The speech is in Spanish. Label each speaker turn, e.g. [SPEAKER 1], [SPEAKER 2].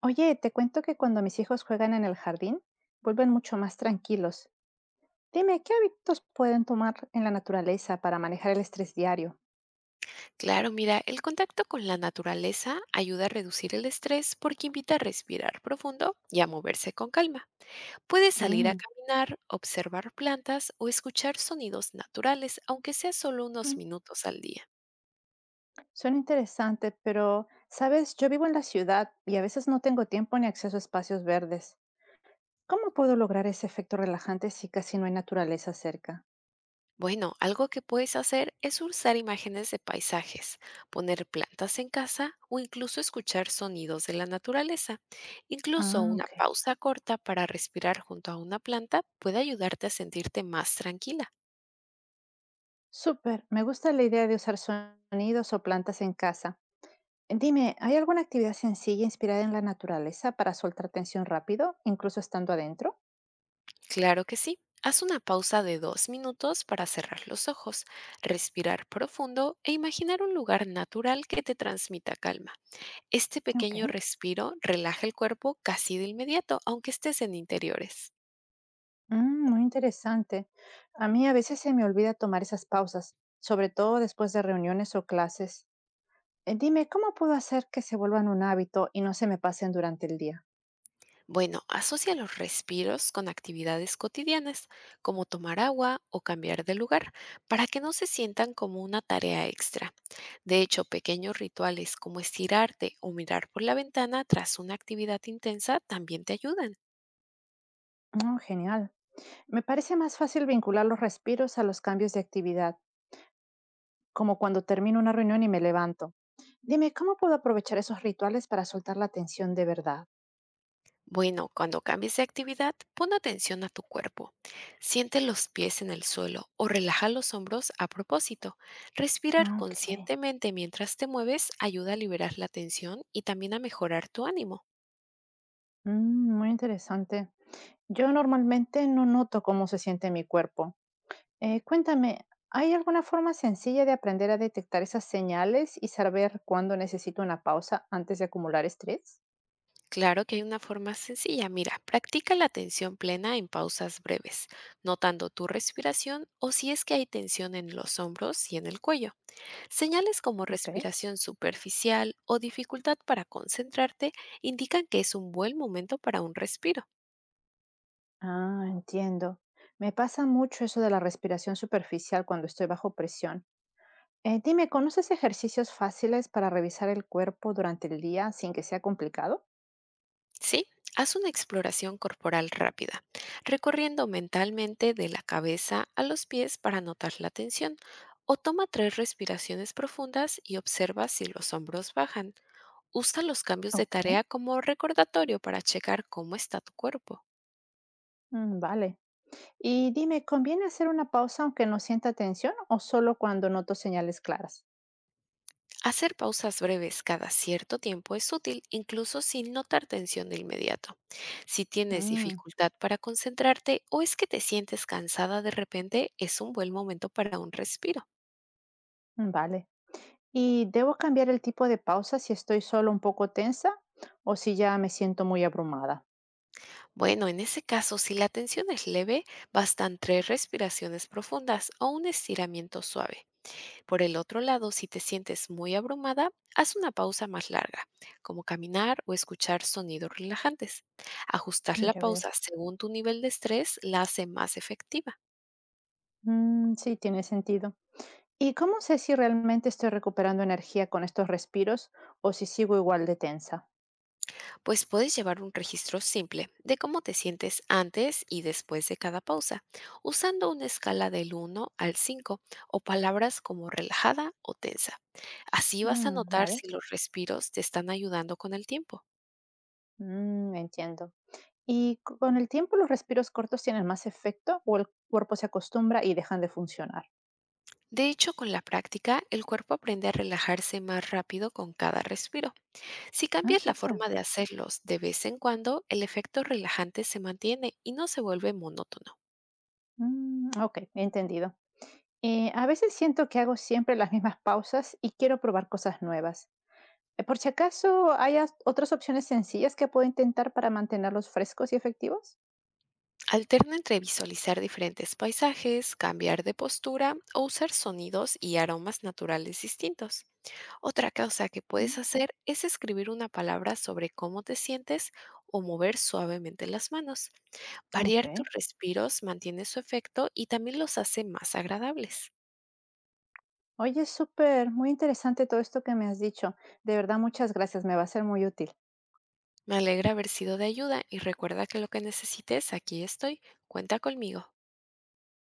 [SPEAKER 1] Oye, te cuento que cuando mis hijos juegan en el jardín, vuelven mucho más tranquilos. Dime, ¿qué hábitos pueden tomar en la naturaleza para manejar el estrés diario?
[SPEAKER 2] Claro, mira, el contacto con la naturaleza ayuda a reducir el estrés porque invita a respirar profundo y a moverse con calma. Puedes salir a
[SPEAKER 1] Mm,
[SPEAKER 2] caminar, observar plantas o escuchar sonidos naturales, aunque sea solo unos
[SPEAKER 1] mm,
[SPEAKER 2] minutos al día.
[SPEAKER 1] suena interesante, pero, sabes, yo vivo en la ciudad y a veces no tengo tiempo ni acceso a espacios verdes. ¿Cómo puedo lograr ese efecto relajante si casi no hay naturaleza cerca?
[SPEAKER 2] Bueno, algo que puedes hacer es usar imágenes de paisajes, poner plantas en casa o incluso escuchar sonidos de la naturaleza. Incluso
[SPEAKER 1] Ah,
[SPEAKER 2] una
[SPEAKER 1] ok.
[SPEAKER 2] pausa corta para respirar junto a una planta puede ayudarte a sentirte más tranquila.
[SPEAKER 1] Súper, me gusta la idea de usar sonidos o plantas en casa. Dime, ¿hay alguna actividad sencilla inspirada en la naturaleza para soltar tensión rápido, incluso estando adentro?
[SPEAKER 2] Claro que sí. Haz una pausa de dos minutos para cerrar los ojos, respirar profundo e imaginar un lugar natural que te transmita calma. Este
[SPEAKER 1] Ok,
[SPEAKER 2] pequeño respiro relaja el cuerpo casi de inmediato, aunque estés en interiores.
[SPEAKER 1] Muy interesante. A mí a veces se me olvida tomar esas pausas, sobre todo después de reuniones o clases. Dime, ¿cómo puedo hacer que se vuelvan un hábito y no se me pasen durante el día?
[SPEAKER 2] Bueno, asocia los respiros con actividades cotidianas, como tomar agua o cambiar de lugar, para que no se sientan como una tarea extra. De hecho, pequeños rituales como estirarte o mirar por la ventana tras una actividad intensa también te ayudan.
[SPEAKER 1] Oh, genial. Me parece más fácil vincular los respiros a los cambios de actividad, como cuando termino una reunión y me levanto. Dime, ¿cómo puedo aprovechar esos rituales para soltar la tensión de verdad?
[SPEAKER 2] Bueno, cuando cambies de actividad, pon atención a tu cuerpo. Siente los pies en el suelo o relaja los hombros a propósito. Respirar
[SPEAKER 1] Ah, okey.
[SPEAKER 2] conscientemente mientras te mueves ayuda a liberar la tensión y también a mejorar tu ánimo.
[SPEAKER 1] Muy interesante. Yo normalmente no noto cómo se siente mi cuerpo. Cuéntame, ¿hay alguna forma sencilla de aprender a detectar esas señales y saber cuándo necesito una pausa antes de acumular estrés?
[SPEAKER 2] Claro que hay una forma sencilla. Mira, practica la atención plena en pausas breves, notando tu respiración o si es que hay tensión en los hombros y en el cuello. Señales como
[SPEAKER 1] Okey.
[SPEAKER 2] respiración superficial o dificultad para concentrarte indican que es un buen momento para un respiro.
[SPEAKER 1] Ah, entiendo. Me pasa mucho eso de la respiración superficial cuando estoy bajo presión. Dime, ¿conoces ejercicios fáciles para revisar el cuerpo durante el día sin que sea complicado?
[SPEAKER 2] Sí, haz una exploración corporal rápida, recorriendo mentalmente de la cabeza a los pies para notar la tensión, o toma tres respiraciones profundas y observa si los hombros bajan. Usa los cambios de
[SPEAKER 1] Ok,
[SPEAKER 2] tarea como recordatorio para checar cómo está tu cuerpo.
[SPEAKER 1] mm, vale. Y dime, ¿conviene hacer una pausa aunque no sienta tensión o solo cuando noto señales claras?
[SPEAKER 2] Hacer pausas breves cada cierto tiempo es útil, incluso sin notar tensión de inmediato. Si tienes
[SPEAKER 1] Mm,
[SPEAKER 2] dificultad para concentrarte o es que te sientes cansada de repente, es un buen momento para un respiro.
[SPEAKER 1] mm, vale. ¿Y debo cambiar el tipo de pausa si estoy solo un poco tensa o si ya me siento muy abrumada?
[SPEAKER 2] Bueno, en ese caso, si la tensión es leve, bastan tres respiraciones profundas o un estiramiento suave. Por el otro lado, si te sientes muy abrumada, haz una pausa más larga, como caminar o escuchar sonidos relajantes. Ajustar
[SPEAKER 1] Mm,
[SPEAKER 2] la
[SPEAKER 1] ya veo.
[SPEAKER 2] pausa según tu nivel de estrés la hace más efectiva,
[SPEAKER 1] Mm, sí, tiene sentido. ¿Y cómo sé si realmente estoy recuperando energía con estos respiros o si sigo igual de tensa?
[SPEAKER 2] pues puedes llevar un registro simple de cómo te sientes antes y después de cada pausa, usando una escala del 1 al 5 o palabras como relajada o tensa. Así vas a
[SPEAKER 1] Mm,
[SPEAKER 2] notar
[SPEAKER 1] vale,
[SPEAKER 2] si los respiros te están ayudando con el tiempo.
[SPEAKER 1] Entiendo. ¿Y con el tiempo los respiros cortos tienen más efecto o el cuerpo se acostumbra y dejan de funcionar?
[SPEAKER 2] De hecho, con la práctica, el cuerpo aprende a relajarse más rápido con cada respiro. Si
[SPEAKER 1] Ah,
[SPEAKER 2] cambias la
[SPEAKER 1] súper.
[SPEAKER 2] forma de hacerlos de vez en cuando, el efecto relajante se mantiene y no se vuelve monótono.
[SPEAKER 1] Mm, ok, entendido. A veces siento que hago siempre las mismas pausas y quiero probar cosas nuevas. Por si acaso, ¿hay otras opciones sencillas que puedo intentar para mantenerlos frescos y efectivos?
[SPEAKER 2] Alterna entre visualizar diferentes paisajes, cambiar de postura o usar sonidos y aromas naturales distintos. Otra cosa que puedes
[SPEAKER 1] Mm,
[SPEAKER 2] hacer es escribir una palabra sobre cómo te sientes o mover suavemente las manos.
[SPEAKER 1] ok.
[SPEAKER 2] Variar tus respiros mantiene su efecto y también los hace más agradables.
[SPEAKER 1] Oye, súper, muy interesante todo esto que me has dicho. De verdad, muchas gracias, me va a ser muy útil.
[SPEAKER 2] Me alegra haber sido de ayuda y recuerda que lo que necesites, aquí estoy. Cuenta conmigo.